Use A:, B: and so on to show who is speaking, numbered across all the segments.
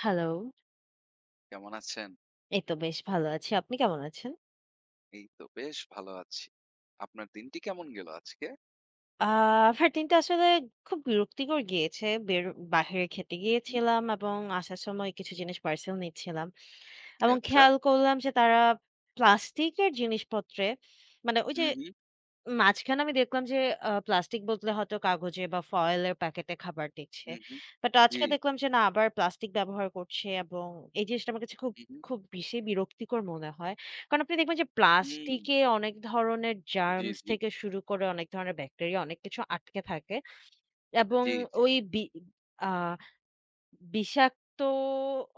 A: Hello.
B: কেমন আছেন?
A: এই তো বেশ ভালো আছি। আপনি কেমন আছেন?
B: এই তো বেশ ভালো আছি। আপনার দিনটি কেমন গেল আজকে?
A: আ আমার দিনটা আসলে খুব বিরক্তিকর গিয়েছে। বাহিরে খেতে
B: হু, হু।
A: গিয়েছিলাম এবং আসার সময় কিছু জিনিস পার্সেল নিচ্ছিলাম। এবং
B: আচ্ছা।
A: খেয়াল করলাম যে তারা প্লাস্টিকের জিনিসপত্রে মানে ওই
B: হু,
A: যে
B: হু,
A: মাঝখানে আমি দেখলাম যে প্লাস্টিক বদলে হয়তো কাগজে বা ফয়েল এর প্যাকেটে খাবার দিচ্ছে।
B: হু, হু।
A: বাট
B: জি,
A: আজকে
B: জি।
A: দেখলাম যে না আবার প্লাস্টিক ব্যবহার করছে এবং এই জিনিসটা আমার কাছে
B: হু, হু।
A: খুব বেশি বিরক্তিকর মনে হয়। কারণ আপনি দেখবেন যে
B: হুম।
A: প্লাস্টিকে অনেক ধরনের
B: জি,
A: জার্মস
B: জি।
A: থেকে শুরু করে অনেক ধরনের ব্যাকটেরিয়া অনেক কিছু আটকে থাকে এবং
B: জি, জি।
A: ওই বি আ বিষাক্ত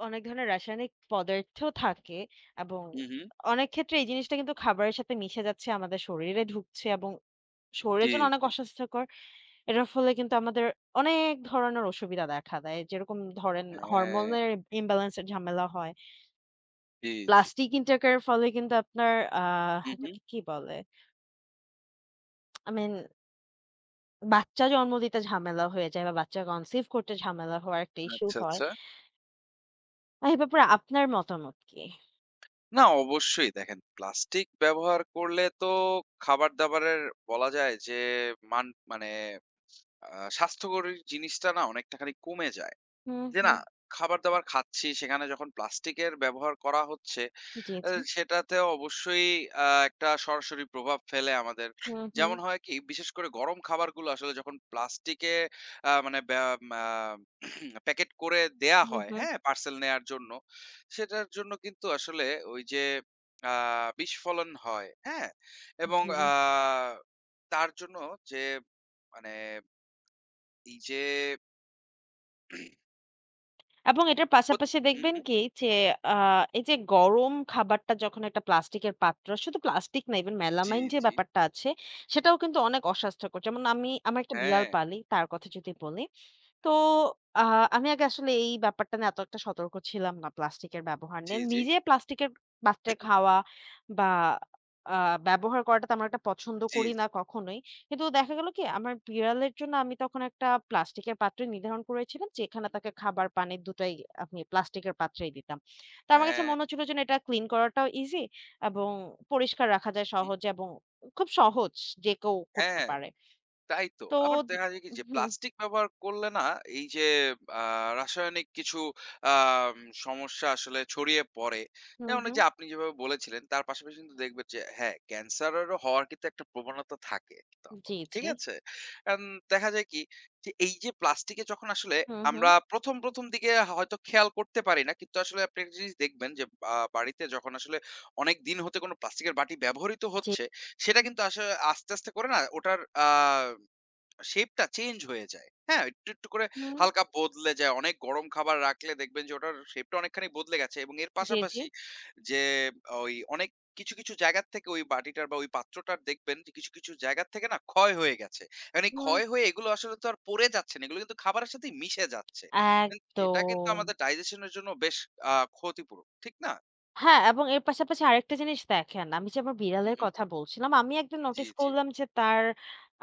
A: অনেক ধরনের রাসায়নিক পদার্থ থাকে এবং
B: হু, হু।
A: অনেক ক্ষেত্রে এই জিনিসটা কিন্তু খাবারের সাথে মিশে যাচ্ছে, আমাদের শরীরে ঢুকছে এবং
B: জি,
A: শরীরের জন্য অনেক
B: জি।
A: অস্বাস্থ্যকর। এটার ফলে কিন্তু আমাদের অনেক ধরনের অসুবিধা দেখা দেয়। যেরকম ধরেন
B: হ্যাঁ।
A: হরমোনের imbalance এর ঝামেলা হয়।
B: জি, জি।
A: প্লাস্টিক ইনটেকের ফলে কিন্তু আপনার আ
B: হু, হু।
A: এটাকে কি বলে? I mean বাচ্চা জন্ম দিতে ঝামেলা হয়ে যায় বা বাচ্চা কনসিভ করতে ঝামেলা হওয়ার একটা ইস্যু
B: আচ্ছা,
A: হয়।
B: আচ্ছা।
A: এই ব্যাপারে আপনার মতামত কি?
B: না অবশ্যই দেখেন প্লাস্টিক ব্যবহার করলে তো খাবার-দাবারের বলা যায় যে মান মানে আ স্বাস্থ্যকর জিনিসটা না অনেকটা খানি কমে যায়।
A: হুম,
B: যে না
A: হুম।
B: খাবার-দাবার খাচ্ছি সেখানে যখন প্লাস্টিকের ব্যবহার করা হচ্ছে
A: জি,
B: আ
A: জি।
B: সেটাতে অবশ্যই আ একটা সরাসরি প্রভাব ফেলে আমাদের।
A: হুম, হুম,
B: যেমন হয় কি? বিশেষ করে গরম খাবারগুলো আসলে যখন প্লাস্টিকে মানে ব্যা মা প্যাকেট করে দেয়া
A: হুম,
B: হয়,
A: হুম।
B: হ্যাঁ? পার্সেল নেয়ার জন্য। সেটার জন্য কিন্তু আসলে ওই যে আ বিস্ফোলন হয়, হ্যাঁ? এবং
A: জি, জি।
B: তার জন্য যে মানে এই যে
A: এবং এটার
B: ক্ষতি
A: পাশাপাশি
B: হুম,
A: দেখবেন
B: হুম।
A: কি যে, আ এই যে গরম খাবারটা যখন একটা প্লাস্টিকের পাত্র, শুধু প্লাস্টিক না ইভেন
B: জি,
A: মেলামাইন যে
B: জি।
A: ব্যাপারটা আছে, সেটাও কিন্তু অনেক অস্বাস্থ্যকর। যেমন আমি আমার একটা বিড়াল
B: হ্যাঁ।
A: পালি, তার কথা যদি বলি। তো আ আমি আগে আসলে এই ব্যাপারটা নিয়ে এত একটা সতর্ক ছিলাম না প্লাস্টিকের ব্যবহার
B: জি,
A: নিয়ে।
B: জি।
A: নিজে প্লাস্টিকের পাত্রে খাওয়া বা আ ব্যবহার করাটা তেমন একটা পছন্দ
B: জি,
A: করি
B: জি।
A: না কখনোই। কিন্তু দেখা গেল কি আমার বিড়ালের জন্য আমি তখন একটা প্লাস্টিকের পাত্র নির্ধারণ করেছিলাম যেখানে তাকে খাবার, পানি দুটাই আমি প্লাস্টিকের পাত্রেই দিতাম। তো আমার কাছে
B: হ্যাঁ।
A: মনে হচ্ছিল যে না এটা ক্লিন করাটাও ইজি এবং পরিষ্কার রাখা যায়
B: হুম।
A: সহজে এবং খুব সহজ যে কেউ করতে
B: হ্যাঁ।
A: পারে।
B: তাই তো।
A: তো
B: আবার
A: দি
B: দেখা যায় কি যে
A: হুম,
B: প্লাস্টিক ব্যবহার করলে না এই যে আ রাসায়নিক কিছু আম সমস্যা আসলে ছড়িয়ে পড়ে।
A: হুম,
B: যেমন ওই
A: হুম।
B: যে আপনি যেভাবে বলেছিলেন তার পাশাপাশি কিন্তু দেখবেন যে হ্যাঁ, ক্যান্সারেরও হওয়ার কিন্তু একটা প্রবণতা থাকে তখন।
A: জি,
B: ঠিক
A: জি।
B: আছে? অ্যান দেখা যায় কি যে এই যে প্লাস্টিকে যখন আসলে
A: হুম, হুম।
B: আমরা ১ম, ১ম দিকে হয়তো খেয়াল করতে পারি না। কিন্তু আসলে আপনি একটা জিনিস দেখবেন যে বাড়িতে যখন আসলে অনেক দিন হতে কোনো প্লাস্টিকের বাটি ব্যবহৃত
A: জি।
B: হচ্ছে সেটা কিন্তু আসলে আস্তে, আস্তে করে না ওটার আ শেপটা চেঞ্জ হয়ে যায়। হ্যাঁ? একটু, একটু করে
A: হুম।
B: হালকা বদলে যায়। অনেক গরম খাবার রাখলে দেখবেন যে ওটার শেপটা অনেকখানি বদলে গেছে এবং এর
A: জি, জি।
B: পাশাপাশি যে ওই অনেক কিছু, কিছু জায়গার থেকে ওই বাটিটার বা ওই পাত্রটার দেখবেন যে কিছু, কিছু জায়গার থেকে না ক্ষয় হয়ে গেছে। এখন এই
A: হুম,
B: ক্ষয় হয়ে এগুলো আসলে তো আর পড়ে যাচ্ছে না। এগুলো কিন্তু খাবারের সাথেই মিশে যাচ্ছে। এন এটা কিন্তু
A: একদম।
B: আমাদের ডাইজেশন এর জন্য বেশ আ ক্ষতিপূরক। ঠিক না?
A: হ্যাঁ, এবং এর পাশাপাশি আরেকটা জিনিস দেখেন, আমি যে আমার
B: হুম,
A: বিড়ালের
B: হুম।
A: কথা বলছিলাম, আমি একদিন
B: জি,
A: নোটিস
B: জি।
A: করলাম যে তার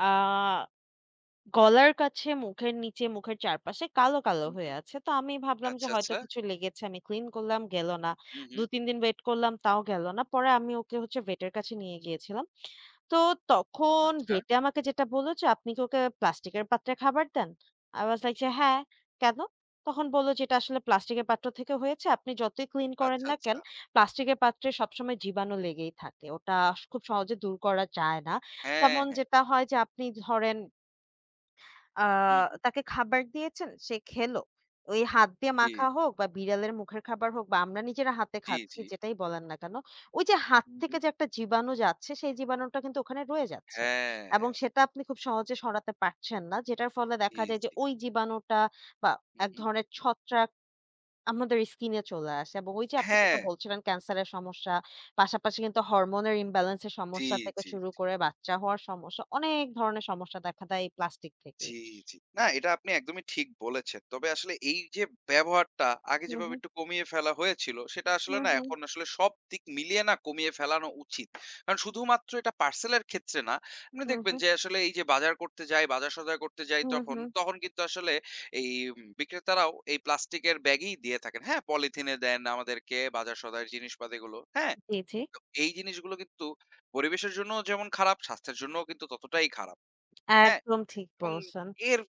A: আ গলার কাছে, মুখের নিচে, মুখের চারপাশে কালো, কালো
B: হুম,
A: হয়ে
B: হুম।
A: আছে। তো আমি ভাবলাম যে
B: আচ্ছা,
A: হয়তো
B: আচ্ছা।
A: কিছু লেগেছে। আমি ক্লিন করলাম, গেল না।
B: হুম, হুম।
A: ২-৩ দিন ওয়েট করলাম, তাও গেল না। পরে আমি ওকে হচ্ছে ভেটের কাছে নিয়ে গিয়েছিলাম। তো তখন
B: আচ্ছা,
A: ভেটে আমাকে যেটা বলল যে, "আপনি কি ওকে প্লাস্টিকের পাত্রে খাবার দেন?" I was like যে, "হ্যাঁ, কেন?" তখন বলল যে, "এটা আসলে প্লাস্টিকের পাত্র থেকে হয়েছে। আপনি যতই ক্লিন করেন
B: আচ্ছা,
A: না
B: আচ্ছা।
A: কেন, প্লাস্টিকের পাত্রে সবসময় জীবাণু লেগেই থাকে। ওটা খুব সহজে দূর করা যায় না।
B: হ্যাঁ,
A: তেমন
B: হ্যাঁ।
A: যেটা হয় যে আপনি ধরেন আ
B: হুম, হুম।
A: তাকে খাবার দিয়েছেন, সে খেলো। ওই হাত দিয়ে
B: জি,
A: মাখা হোক বা বিড়ালের মুখের খাবার হোক বা আমরা নিজেরা হাতে
B: জি,
A: খাচ্ছি
B: জি।
A: যেটাই বলেন না কেন, ওই যে হাত
B: হুম, হুম।
A: থেকে যে একটা জীবাণু যাচ্ছে সেই জীবাণুটা কিন্তু ওখানে রয়ে যাচ্ছে।
B: হ্যাঁ,
A: এবং
B: হ্যাঁ।
A: সেটা আপনি খুব সহজে সরাতে পারছেন না। যেটার ফলে
B: জি,
A: দেখা যায় যে
B: জি।
A: ওই জীবাণুটা বা
B: হুম,
A: এক
B: হুম।
A: ধরনের ছত্রাক আমাদের স্কিনে চলে আসে এবং ওই যে আপনি
B: হ্যাঁ,
A: যেটা বলছিলেন ক্যান্সারের সমস্যা, পাশাপাশি কিন্তু হরমোনের imbalance এর
B: জি,
A: সমস্যা থেকে
B: জি,
A: শুরু করে বাচ্চা হওয়ার সমস্যা, অনেক ধরনের সমস্যা দেখা দেয় এই প্লাস্টিক থেকেই।
B: জি, জি। না এটা আপনি একদমই ঠিক বলেছেন। তবে আসলে এই যে ব্যবহারটা আগে
A: হুম,
B: যেভাবে
A: হুম।
B: একটু কমিয়ে ফেলা হয়েছিল সেটা আসলে
A: হুম,
B: না
A: হুম,
B: এখন আসলে সব দিক মিলিয়ে না কমিয়ে ফেলানো উচিত। কারণ শুধুমাত্র এটা পার্সেলের ক্ষেত্রে না। আপনি
A: হুম,
B: দেখবেন
A: হুম,
B: যে আসলে এই যে বাজার করতে যাই, বাজার সদাই করতে যাই
A: হুম,
B: তখন,
A: হুম।
B: তখন কিন্তু আসলে এই বিক্রেতারাও এই প্লাস্টিকের ব্যাগই দিয়ে থাকেন। হ্যাঁ, পলিথিনে দেন আমাদেরকে বাজার সদাইয়ের জিনিসপাতিগুলো। হ্যাঁ?
A: জি, জি।
B: তো এই জিনিসগুলো কিন্তু পরিবেশের জন্যও যেমন খারাপ, স্বাস্থ্যের জন্যও কিন্তু ততটাই খারাপ। হ্যাঁ?
A: একদম ঠিক
B: এবং
A: বলছেন।
B: এর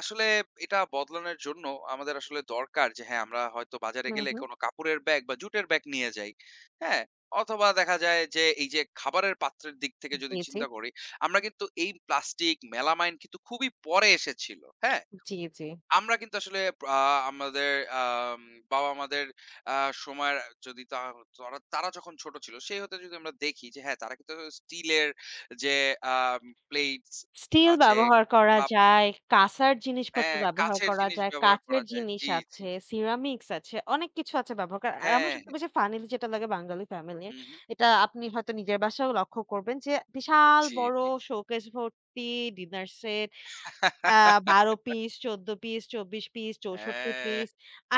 B: আসলে এটা বদলানোর জন্য আমাদের আসলে দরকার যে হ্যাঁ, আমরা হয়তো বাজারে
A: হুম,
B: গেলে
A: হুম।
B: কোনো কাপড়ের ব্যাগ বা জুটের ব্যাগ নিয়ে যাই। হ্যাঁ? অথবা দেখা যায় যে এই যে খাবারের পাত্রের দিক
A: জি,
B: থেকে যদি
A: জি,
B: চিন্তা করি, আমরা কিন্তু এই প্লাস্টিক, মেলামাইন কিন্তু খুবই পরে এসেছিল। হ্যাঁ?
A: জি, জি।
B: আমরা কিন্তু আসলে আ আমাদের আম বাবা-মাদের আ সময়ের যদি তা তরা তারা যখন ছোট ছিল, সেই হতে যদি আমরা দেখি যে হ্যাঁ, তারা কিন্তু স্টিলের যে আম প্লেটস
A: স্টিল
B: আছে,
A: ব্যবহার করা
B: কাপ আছে
A: যায়, কাঁসার জিনিসপত্র
B: হ্যাঁ,
A: ব্যবহার
B: কাঁচের
A: করা
B: জিনিস
A: যায়,
B: ব্যবহার করা
A: কাঁচের
B: যায়।
A: জিনিস
B: জি, জি।
A: আছে, সিরামিকস আছে, অনেক কিছু আছে ব্যবহার করা। আর আমার
B: হ্যাঁ,
A: সবথেকে
B: হ্যাঁ।
A: বেশি ফানিলি যেটা লাগে বাঙালি ফ্যামিলির,
B: হুম, হুম।
A: এটা আপনি হয়তো নিজের বাসায়ও লক্ষ্য করবেন যে বিশাল
B: জি,
A: বড়
B: জি।
A: শোকেস ভর্তি ডিনার সেট আ ১২ পিস, ১৪ পিস, ২৪ পিস, ৬৪
B: হ্যাঁ,
A: পিস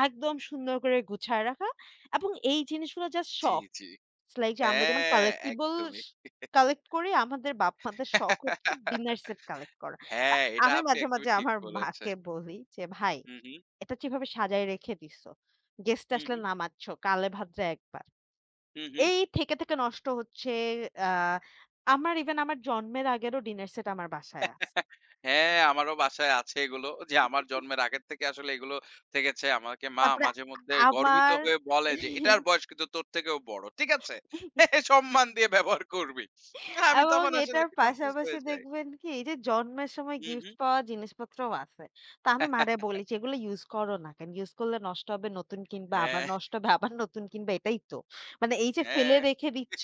A: একদম সুন্দর করে গুছায় রাখা এবং এই জিনিসগুলো জাস্ট
B: জি,
A: শখ।
B: জি।
A: ইটস লাইক যে আমরা যেমন
B: হ্যাঁ,
A: collectibles
B: একদমই।
A: কালেক্ট করি, আমাদের বাপ-মাদের শখ হচ্ছে ডিনার সেট কালেক্ট করা। আ
B: হ্যাঁ, এটা
A: আমি
B: আপনি একদমই
A: মাঝে
B: ঠিক
A: আমার
B: বলেছেন।
A: মাকে বলি যে, "ভাই,
B: হুম, হুম।
A: এটা যেভাবে সাজায় রেখে দিছো, গেস্ট
B: হুম,
A: আসলে
B: হুম।
A: নামাচ্ছ, কালে ভাদ্রে একবার।"
B: হুম, হুম।
A: এই থেকে নষ্ট হচ্ছে। আ আমার ইভেন আমার জন্মের আগেরও ডিনার সেট আমার বাসায় আছে।
B: হ্যাঁ, আমারও বাসায় আছে এগুলো। যে আমার জন্মের আগের থেকে আসলে এগুলো থেকেছে। আমাকে মা
A: তারপরে
B: মাঝেমধ্যে
A: আ
B: গর্বিত
A: আমার
B: হয়ে বলে যে, "এটার বয়স কিন্তু তোর থেকেও বড়। ঠিক আছে? সম্মান দিয়ে ব্যবহার করবি।" আমি
A: এবং
B: তখন আসলে
A: এটার
B: একটু কনফিউজড
A: পাশাপাশি
B: হয়ে যাই।
A: দেখবেন কি এই যে জন্মের সময়
B: হু, হু।
A: গিফট পাওয়া জিনিসপত্রও আছে। তো আমি মারে বলি যে, "এগুলো ইউজ করো না কেন? ইউজ করলে নষ্ট হবে, নতুন কিনবা, আবার
B: হ্যাঁ,
A: নষ্ট হবে, আবার নতুন কিনবা এটাই তো। মানে এই যে ফেলে
B: হ্যাঁ।
A: রেখে দিচ্ছ,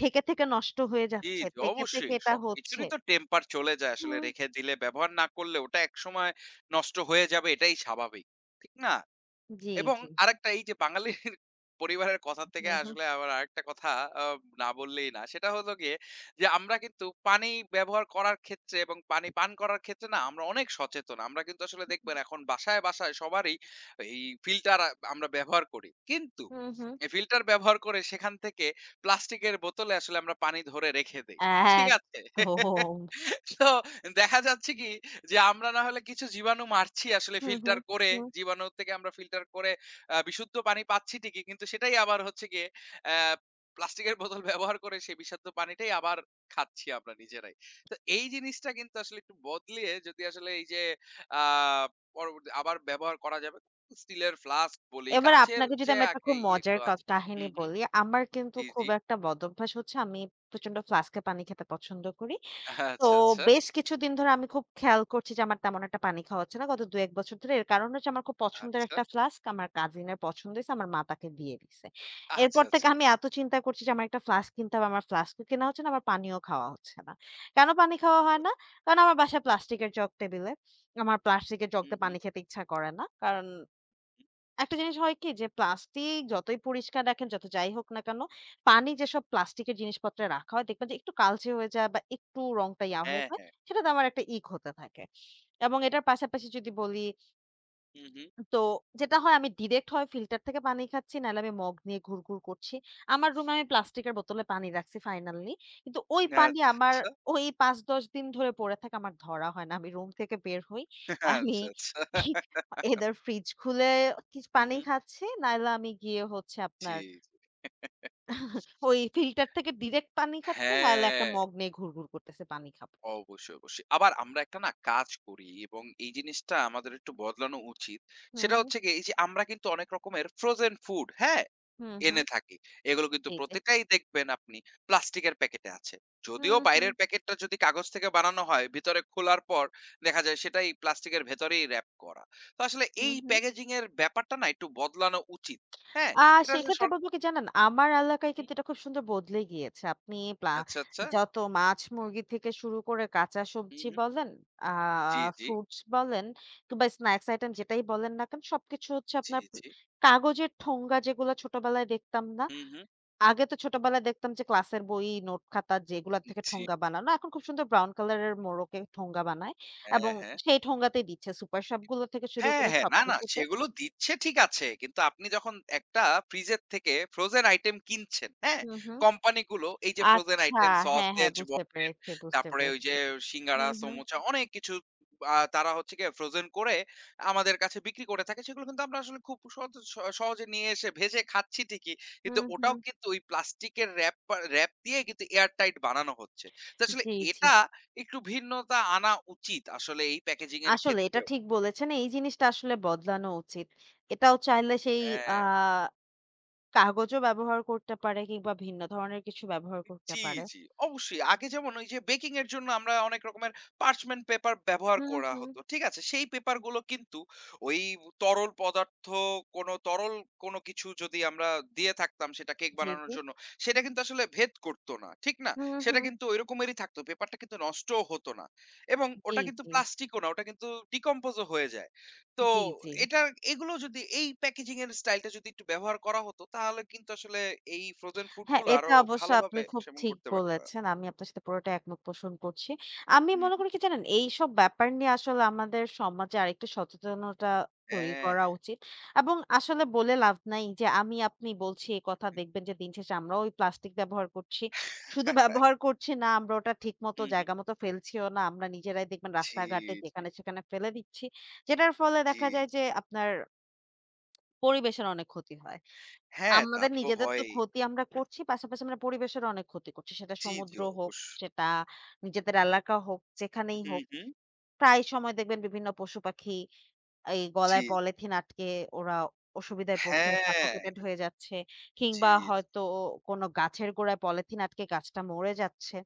A: থেকে নষ্ট হয়ে
B: জি,
A: যাচ্ছে,
B: জি,
A: থেকে
B: অবশ্যই।
A: এটা হচ্ছে।"
B: সবকিছুরই তো টেম্পার চলে যায়। আসলে
A: হুম,
B: রেখে দিলে ব্যবহার না করলে ওটা একসময় নষ্ট হয়ে যাবে এটাই স্বাভাবিক। ঠিক না?
A: জি,
B: এবং
A: জি।
B: আরেকটা এই যে বাঙালির পরিবারের কথা থেকে
A: হু, হু।
B: আসলে আবার আরেকটা কথা আ না বললেই না। সেটা হলো গিয়ে যে আমরা কিন্তু পানি ব্যবহার করার ক্ষেত্রে এবং পানি পান করার ক্ষেত্রে না আমরা অনেক সচেতন। আমরা কিন্তু আসলে দেখবেন এখন বাসায়, বাসায় সবারই এই ফিল্টার আমরা ব্যবহার করি। কিন্তু
A: হু, হু।
B: এই ফিল্টার ব্যবহার করে সেখান থেকে প্লাস্টিকের বোতলে আসলে আমরা পানি ধরে রেখে দেই। ঠিক আছে?
A: একদম।
B: তো দেখা যাচ্ছে কি যে আমরা না হলে কিছু জীবাণু মারছি আসলে
A: হু, হু,
B: ফিল্টার করে,
A: হু।
B: জীবাণু থেকে আমরা ফিল্টার করে বিশুদ্ধ পানি পাচ্ছি ঠিকই। কিন্তু সেটাই আবার হচ্ছে গিয়ে অ্যা প্লাস্টিকের বোতল ব্যবহার করে সেই বিষাক্ত পানিটাই আবার খাচ্ছি আমরা নিজেরাই। তো এই জিনিসটা কিন্তু আসলে একটু বদলিয়ে যদি আসলে এই যে আ পরবর্তী আবার ব্যবহার করা যাবে। স্টিলের ফ্লাস্ক বলি,
A: এবার
B: কাঁচের
A: আপনাকে যদি
B: যে
A: আমি একটা খুব
B: এই
A: মজার
B: এগুলো আছে।
A: কাহিনী
B: হুম, হুম।
A: বলি, আমার কিন্তু
B: জি,
A: খুব
B: জি।
A: একটা বদ অভ্যাস হচ্ছে আমি প্রচন্ড ফ্লাস্কে পানি খেতে পছন্দ করি। তো
B: আচ্ছা, আচ্ছা,
A: বেশ কিছুদিন ধরে আমি খুব খেয়াল করছি যে আমার তেমন একটা পানি খাওয়া হচ্ছে না। গত ২-১ বছর ধরে। এর কারণ হচ্ছে আমার খুব পছন্দের
B: আচ্ছা,
A: একটা ফ্লাস্ক আমার কাজিনের পছন্দ হইছে। আমার মা তাকে দিয়ে দিছে।
B: আচ্ছা,
A: এরপর থেকে
B: আচ্ছা।
A: আমি এত চিন্তা করছি যে আমার একটা ফ্লাস্ক কিনতে হবে। আমার ফ্লাস্কও কেনা হচ্ছে না, আমার পানিও খাওয়া হচ্ছে না। কেন পানি
B: আচ্ছা,
A: খাওয়া
B: আচ্ছা।
A: হয় না? কারণ আমার বাসায় প্লাস্টিকের জগ টেবিলে। আমার প্লাস্টিকের জগ
B: হুম,
A: দিয়ে
B: হুম,
A: পানি খেতে ইচ্ছা করে না। কারণ
B: হুম।
A: একটা জিনিস হয় কি যে প্লাস্টিক যতই পরিষ্কার রাখেন, যত যাই হোক না কেন, পানি যেসব প্লাস্টিকের জিনিসপত্রে রাখা হয় দেখবেন যে একটু কালচে হয়ে যায় বা একটু রংটা ইয়া হয়ে
B: হ্যাঁ,
A: যায়,
B: হ্যাঁ।
A: সেটাতে আমার একটা ইক হতে থাকে। এবং এটার পাশাপাশি যদি বলি
B: হুম, হুম।
A: তো যেটা হয় আমি ডিরেক্ট হয় ফিল্টার থেকে পানি খাচ্ছি, নাহলে আমি মগ নিয়ে ঘুরঘুর করছি। আমার রুমে আমি প্লাস্টিকের বোতলে পানি রাখছি ফাইনালি। কিন্তু ওই পানি
B: আচ্ছা,
A: আমার
B: আচ্ছা।
A: ওই ৫-১০ দিন ধরে পড়ে থাকে আমার ধরা হয় না। আমি রুম থেকে বের হই। আমি
B: আচ্ছা, আচ্ছা।
A: either ফ্রিজ খুলে
B: হু,
A: পানি
B: হু।
A: খাচ্ছি, নাহলে আমি গিয়ে হচ্ছে
B: জি,
A: আপনার
B: জি।
A: ওই ফিল্টার থেকে ডিরেক্ট পানি খাচ্ছি, নাহলে একটা
B: হ্যাঁ,
A: মগ নিয়ে ঘুরঘুর করতেছি পানি খাবো।
B: অবশ্যই, অবশ্যই। আবার আমরা একটা না কাজ করি এবং এই জিনিসটা আমাদের একটু বদলানো উচিত।
A: হুম,
B: সেটা
A: হুম,
B: হচ্ছে গিয়ে এই যে আমরা কিন্তু অনেক রকমের ফ্রোজেন ফুড, হ্যাঁ?
A: হুম, হুম।
B: এনে থাকি। এগুলো কিন্তু
A: জি, জি।
B: প্রত্যেকটাই দেখবেন আপনি প্লাস্টিকের প্যাকেটে আছে। যদিও
A: হুম, হুম,
B: বাইরের প্যাকেটটা যদি কাগজ থেকে বানানো হয়, ভিতরে খোলার পর দেখা যায় সেটাই প্লাস্টিকের ভেতরেই র‍্যাপ করা। তো আসলে
A: হুম,
B: এই
A: হুম।
B: প্যাকেজিং এর ব্যাপারটা না একটু বদলানো উচিত। হ্যাঁ?
A: আ
B: এটা আসলে
A: সেক্ষেত্রে বলব কি জানেন? আমার
B: হুম,
A: এলাকায় কিন্তু এটা খুব সুন্দর বদলে গিয়েছে। আপনি প্লা
B: আচ্ছা, আচ্ছা।
A: যত মাছ, মুরগি থেকে শুরু করে কাঁচা
B: হু,
A: সবজি
B: হু।
A: বলেন, আ
B: জি, জি,
A: ফ্রুটস বলেন কিংবা স্ন্যাকস আইটেম যেটাই বলেন না কেন সবকিছু হচ্ছে
B: জি,
A: আপনার
B: জি।
A: কাগজের ঠোঙ্গা যেগুলো ছোটবেলায় দেখতাম না?
B: হু, হু।
A: আগে তো ছোটবেলায় দেখতাম যে ক্লাসের বই, নোট খাতা যেগুলা থেকে
B: জি,
A: ঠোঙ্গা বানানো। এখন খুব সুন্দর ব্রাউন কালারের মোড়কে ঠোঙ্গা বানায় এবং
B: হ্যাঁ, হ্যাঁ।
A: সেই ঠোঙ্গাতেই দিচ্ছে। সুপার শপ গুলো থেকে শুরু
B: হ্যাঁ,
A: করে
B: হ্যাঁ। না, না
A: সবকিছুতে।
B: সেগুলো দিচ্ছে ঠিক আছে। কিন্তু আপনি যখন একটা ফ্রিজের থেকে ফ্রোজেন আইটেম কিনছেন, হ্যাঁ?
A: হু, হু।
B: কোম্পানিগুলো এই যে ফ্রোজেন
A: আচ্ছা।
B: আইটেম
A: হ্যাঁ, হ্যাঁ
B: সসেজ
A: বুঝতে
B: বলেন,
A: পেরেছি, বুঝতে
B: তারপরে ওই
A: পেরেছি।
B: যে সিঙ্গারা,
A: হুম, হুম।
B: সমোচা অনেক কিছু তারা হচ্ছে গিয়ে ফ্রোজেন করে আমাদের কাছে বিক্রি করে থাকে। সেগুলো কিন্তু আমরা আসলে খুব সহজে নিয়ে এসে ভেজে খাচ্ছি ঠিকই। কিন্তু
A: হুম,
B: ওটাও
A: হুম।
B: কিন্তু ওই প্লাস্টিকের র‍্যাপ দিয়ে কিন্তু এয়ার টাইট বানানো হচ্ছে। তো আসলে
A: জি, জি।
B: এটা একটু ভিন্নতা আনা উচিত আসলে এই প্যাকেজিং এর
A: আসলে এটা
B: ক্ষেত্রেও।
A: ঠিক বলেছেন। এই জিনিসটা আসলে বদলানো উচিত। এটাও চাইলে সেই আ
B: হ্যাঁ।
A: কাগজও ব্যবহার করতে পারে কিংবা ভিন্ন ধরনের কিছু ব্যবহার করতে
B: জি,
A: পারে।
B: জি। অবশ্যই। আগে যেমন ওই যে বেকিং এর জন্য আমরা অনেক রকমের পার্চমেন্ট পেপার ব্যবহার
A: হুম,
B: করা
A: হুম।
B: হতো। ঠিক আছে? সেই পেপার গুলো কিন্তু ওই তরল পদার্থ কোনো তরল কোনো কিছু যদি আমরা দিয়ে থাকতাম সেটা কেক
A: জি,
B: বানানোর
A: জি।
B: জন্য, সেটা কিন্তু আসলে ভেদ করত না। ঠিক না?
A: হুম,
B: সেটা
A: হুম।
B: কিন্তু ঐরকমেরই থাকতো। পেপারটা কিন্তু নষ্টও হতো না। এবং
A: জি,
B: ওটা কিন্তু
A: জি।
B: প্লাস্টিকও না। ওটা কিন্তু ডিকম্পোজ ও হয়ে যায়। তো
A: জি, জি।
B: এটা এগুলো যদি এই প্যাকেজিং এর স্টাইলটা যদি একটু ব্যবহার করা হতো তাহলে কিন্তু আসলে এই ফ্রোজেন ফুড
A: হ্যাঁ,
B: গুলো আরো
A: এটা অবশ্য আপনি
B: ভালোভাবে
A: খুব
B: সেবন
A: ঠিক
B: করতে পারতাম।
A: বলেছেন। আমি আপনার সাথে পুরোটাই একমত পোষণ করছি। আমি
B: হুম,
A: মনে
B: হুম।
A: করি কি জানেন? এইসব ব্যাপার নিয়ে আসলে আমাদের সমাজে আরেকটু সচেতনতা তৈরি
B: হ্যাঁ,
A: করা
B: হ্যাঁ।
A: উচিত। এবং আসলে বলে লাভ নাই যে আমি আপনি বলছি এই কথা দেখবেন যে দিন শেষে আমরাও ওই প্লাস্টিক ব্যবহার করছি। শুধু ব্যবহার করছি না, আমরা ওটা ঠিকমতো
B: হুম, হুম।
A: জায়গা মতো ফেলছিও না। আমরা নিজেরাই দেখবেন
B: জি,
A: রাস্তাঘাটে
B: জি,
A: যেখানে সেখানে ফেলে দিচ্ছি। যেটার ফলে
B: জি,
A: দেখা যায়
B: জি।
A: যে আপনার পরিবেশের অনেক ক্ষতি হয়।
B: হ্যাঁ, তা
A: আমাদের
B: তো
A: নিজেদের তো
B: হয়ই।
A: ক্ষতি আমরা করছি। পাশাপাশি আমরা পরিবেশের অনেক ক্ষতি করছি। সেটা
B: জি, জি
A: সমুদ্র হোক,
B: অবশ্যই।
A: সেটা নিজেদের এলাকা হোক, যেখানেই
B: হুম,
A: হোক।
B: হুম।
A: প্রায় সময় দেখবেন বিভিন্ন পশু-পাখি এই
B: জি।
A: গলায় পলিথিন আটকে ওরা অসুবিধায় পড়ছে,
B: হ্যাঁ।
A: সাফোকেটেড হয়ে যাচ্ছে।
B: জি,
A: কিংবা
B: জি।
A: হয়তো কোনো গাছের গোড়ায় পলিথিন আটকে গাছটা মরে যাচ্ছে।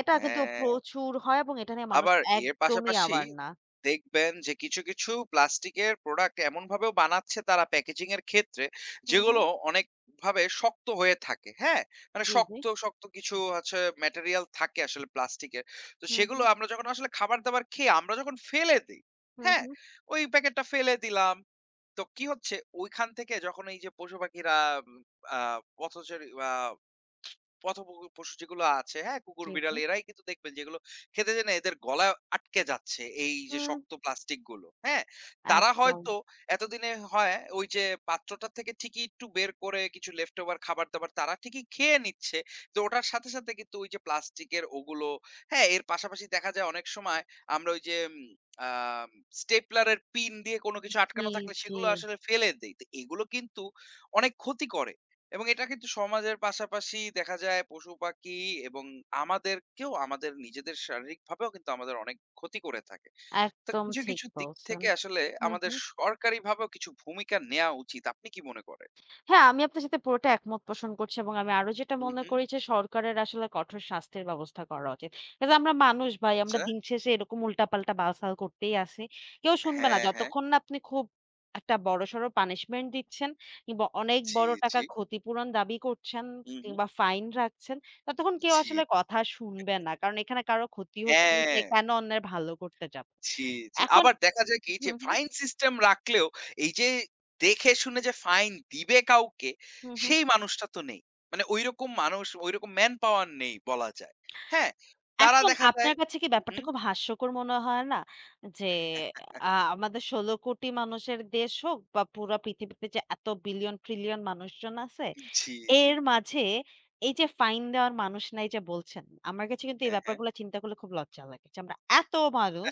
A: এটা কিন্তু
B: হ্যাঁ।
A: প্রচুর হয় এবং এটা নিয়ে মানুষ
B: আবার এর
A: একদমই
B: পাশাপাশি
A: aware না।
B: দেখবেন যে কিছু, কিছু প্লাস্টিকের প্রোডাক্ট এমনভাবেও বানাচ্ছে তারা প্যাকেজিং এর ক্ষেত্রে,
A: হুম, হুম।
B: যেগুলো অনেকভাবে শক্ত হয়ে থাকে, হ্যাঁ? মানে
A: জি, জি।
B: শক্ত, শক্ত কিছু হচ্ছে ম্যাটেরিয়াল থাকে আসলে প্লাস্টিকের। তো
A: হুম,
B: সেগুলো
A: হুম।
B: আমরা যখন আসলে খাবার-দাবার খেয়ে আমরা যখন ফেলে দেই,
A: হুম,
B: হ্যাঁ?
A: হুম।
B: ওই প্যাকেটটা ফেলে দিলাম। তো কি হচ্ছে? ওইখান থেকে যখন এই যে পশু-পাখিরা উম আ পথচারী বা পথ পশু যেগুলো আছে, হ্যাঁ? কুকুর,
A: জি, জি।
B: বিড়াল এরাই কিন্তু দেখবেন যেগুলো খেতে যেয়ে না এদের গলা আটকে যাচ্ছে এই যে
A: হুম,
B: শক্ত প্লাস্টিক গুলো, হ্যাঁ? তারা
A: একদম।
B: হয়তো এতদিনে হয় ওই যে পাত্রটা থেকে ঠিকই একটু বের করে কিছু লেফট ওভার খাবার-দাবার তারা ঠিকই খেয়ে নিচ্ছে। তো ওটার সাথে, সাথে কিন্তু ওই যে প্লাস্টিকের ওগুলো, হ্যাঁ? এর পাশাপাশি দেখা যায় অনেক সময় আমরা ওই যে উম আ স্টেপলার এর পিন দিয়ে কোনো কিছু
A: জি,
B: আটকানো থাকলে
A: জি।
B: সেগুলো আসলে ফেলে দেই। তো এগুলো কিন্তু অনেক ক্ষতি করে। এবং এটা কিন্তু সমাজের পাশাপাশি দেখা যায় পশু-পাখি এবং আমাদেরকেও আমাদের নিজেদের শারীরিকভাবেও কিন্তু আমাদের অনেক ক্ষতি করে থাকে। তো
A: একদম
B: কিছু,
A: ঠিক
B: কিছু দিক
A: বলছেন।
B: থেকে আসলে
A: হুম,
B: আমাদের
A: হুম।
B: সরকারিভাবেও কিছু ভূমিকা নেয়া উচিত। আপনি কি মনে করেন?
A: হ্যাঁ, আমি আপনার সাথে পুরোটা একমত পোষণ করছি এবং আমি আরো যেটা
B: হুম,
A: মনে
B: হুম।
A: করি যে সরকারের আসলে কঠোর শাস্তির ব্যবস্থা করা উচিত। কারণ আমরা মানুষ ভাই, আমরা
B: আচ্ছা।
A: দিন শেষে এরকম উল্টাপাল্টা বালছাল করতেই আছি। কেউ শুনবে না
B: হ্যাঁ, হ্যাঁ।
A: যতক্ষণ না আপনি খুব একটা বড়সড় পানিশমেন্ট দিচ্ছেন কিংবা অনেক
B: জি,
A: বড়
B: জি।
A: টাকা ক্ষতিপূরণ দাবি করছেন
B: হুম, হুম।
A: কিংবা ফাইন রাখছেন, ততক্ষণ কেউ
B: জি।
A: আসলে কথা শুনবে না। কারণ এখানে কারো ক্ষতি হচ্ছে না, সে
B: হ্যাঁ।
A: কেন অন্যের ভালো করতে যাবে।
B: জি, জি।
A: এখন
B: আবার দেখা যায় কি যে
A: হুম, হুম,
B: ফাইন সিস্টেম রাখলেও এই যে দেখে শুনে যে ফাইন দিবে কাউকে,
A: হুম, হুম।
B: সেই মানুষটা তো নেই। মানে ঐরকম মানুষ, ঐরকম ম্যান পাওয়ার নেই বলা যায়। হ্যাঁ? তারা
A: এখন
B: দেখা যায়
A: আপনার কাছে কি
B: হুম,
A: ব্যাপারটা
B: হুম।
A: খুব হাস্যকর মনে হয় না? যে আ আমাদের ১৬ কোটি মানুষের দেশ হোক বা পুরা পৃথিবীতে যে এত বিলিয়ন ট্রিলিয়ন মানুষজন আছে,
B: জি, জি।
A: এর মাঝে এই যে ফাইন দেওয়ার মানুষ নাই যে বলছেন, আমার কাছে কিন্তু এই
B: হ্যাঁ, হ্যাঁ।
A: ব্যাপারগুলো চিন্তা করলে খুব লজ্জা লাগে। যে আমরা এত মানুষ,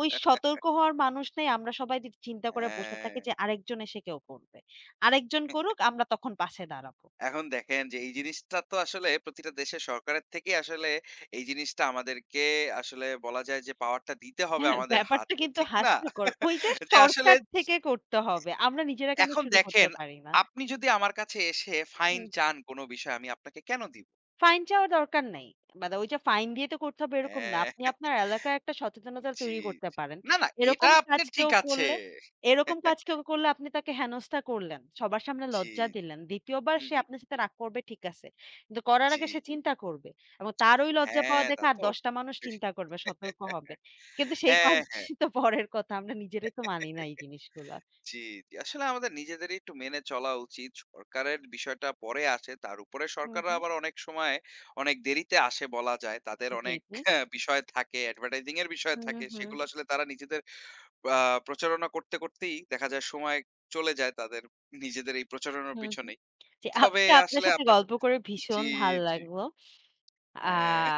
A: ওই সতর্ক হওয়ার মানুষ নেই। আমরা সবাই চিন্তা করে বসে
B: হ্যাঁ।
A: থাকি যে আরেকজন এসে কেউ করবে। আরেকজন করুক আমরা তখন পাশে দাঁড়াবো।
B: এখন দেখেন যে এই জিনিসটা তো আসলে প্রতিটা দেশের সরকারের থেকেই আসলে এই জিনিসটা আমাদেরকে আসলে বলা যায় যে পাওয়ারটা দিতে হবে
A: হ্যাঁ,
B: আমাদের
A: ব্যাপারটা
B: হাতে।
A: কিন্তু
B: ঠিক না?
A: হাস্যকর। ওই যে
B: যে আসলে
A: সরকার থেকে করতে হবে। আমরা নিজেরা কেন
B: এখন
A: শুরু করতে
B: দেখেন,
A: পারি না?
B: আপনি যদি আমার কাছে এসে ফাইন
A: হুম।
B: চান কোন বিষয়ে, আমি আপনাকে কেন দিব?
A: ফাইন চাওয়ার দরকার নাই। মানে ওই যে ফাইন দিয়ে তো করতে হবে এরকম না।
B: হ্যাঁ,
A: আপনি আপনার এলাকায় একটা সচেতনতা
B: জি,
A: তৈরি করতে
B: জি।
A: পারেন।
B: না, না, এটা
A: এরকম কাজ
B: আপনার ঠিক
A: কেউ
B: আছে।
A: করলে এরকম কাজ কেউ করলে আপনি তাকে হেনস্থা করলেন। সবার সামনে
B: জি,
A: লজ্জা
B: জি।
A: দিলেন। ২য় বার
B: হুম,
A: সে
B: হুম।
A: আপনার সাথে রাগ করবে ঠিক আছে। কিন্তু করার
B: জি,
A: আগে সে
B: জি।
A: চিন্তা করবে। এবং তার ওই লজ্জা পাওয়া
B: হ্যাঁ, তা
A: দেখে আর
B: তো
A: ১০ টা মানুষ
B: অবশ্যই।
A: চিন্তা করবে, সতর্ক হবে। কিন্তু সেই কাজ
B: হ্যাঁ, হ্যাঁ।
A: তো পরের কথা। আমরা নিজেরাই তো মানি না এই জিনিসগুলা।
B: জি, জি। আসলে আমাদের নিজেদেরই একটু মেনে চলা উচিত। সরকারের বিষয়টা পরে আসে। তার উপরে
A: হুম,
B: সরকাররা
A: হুম।
B: আবার অনেক সময় অনেক দেরিতে আসে বলা যায়। তাদের
A: জি,
B: অনেক
A: জি।
B: বিষয় থাকে, অ্যাডভার্টাইজিং এর বিষয়
A: হুম,
B: থাকে।
A: হুম,
B: সেগুলো আসলে তারা নিজেদের আ প্রচারণা করতে, করতেই দেখা যায় সময় চলে যায় তাদের নিজেদের এই প্রচারণার
A: হুম, হুম।
B: পিছনেই।
A: জি,
B: তবে
A: আজকে আপনার
B: আসলে
A: সাথে
B: আপনার
A: গল্প
B: সাথে
A: করে ভীষণ
B: জি,
A: ভাল
B: জি।
A: লাগলো। আ
B: হ্যাঁ,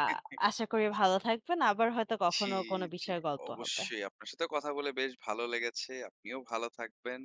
A: আশা করি ভালো থাকবেন। আবার হয়তো
B: জি,
A: কখনো কোনো
B: জি।
A: বিষয়ে গল্প হবে।
B: অবশ্যই আপনার সাথে কথা বলে বেশ ভালো লেগেছে। আপনিও ভালো থাকবেন।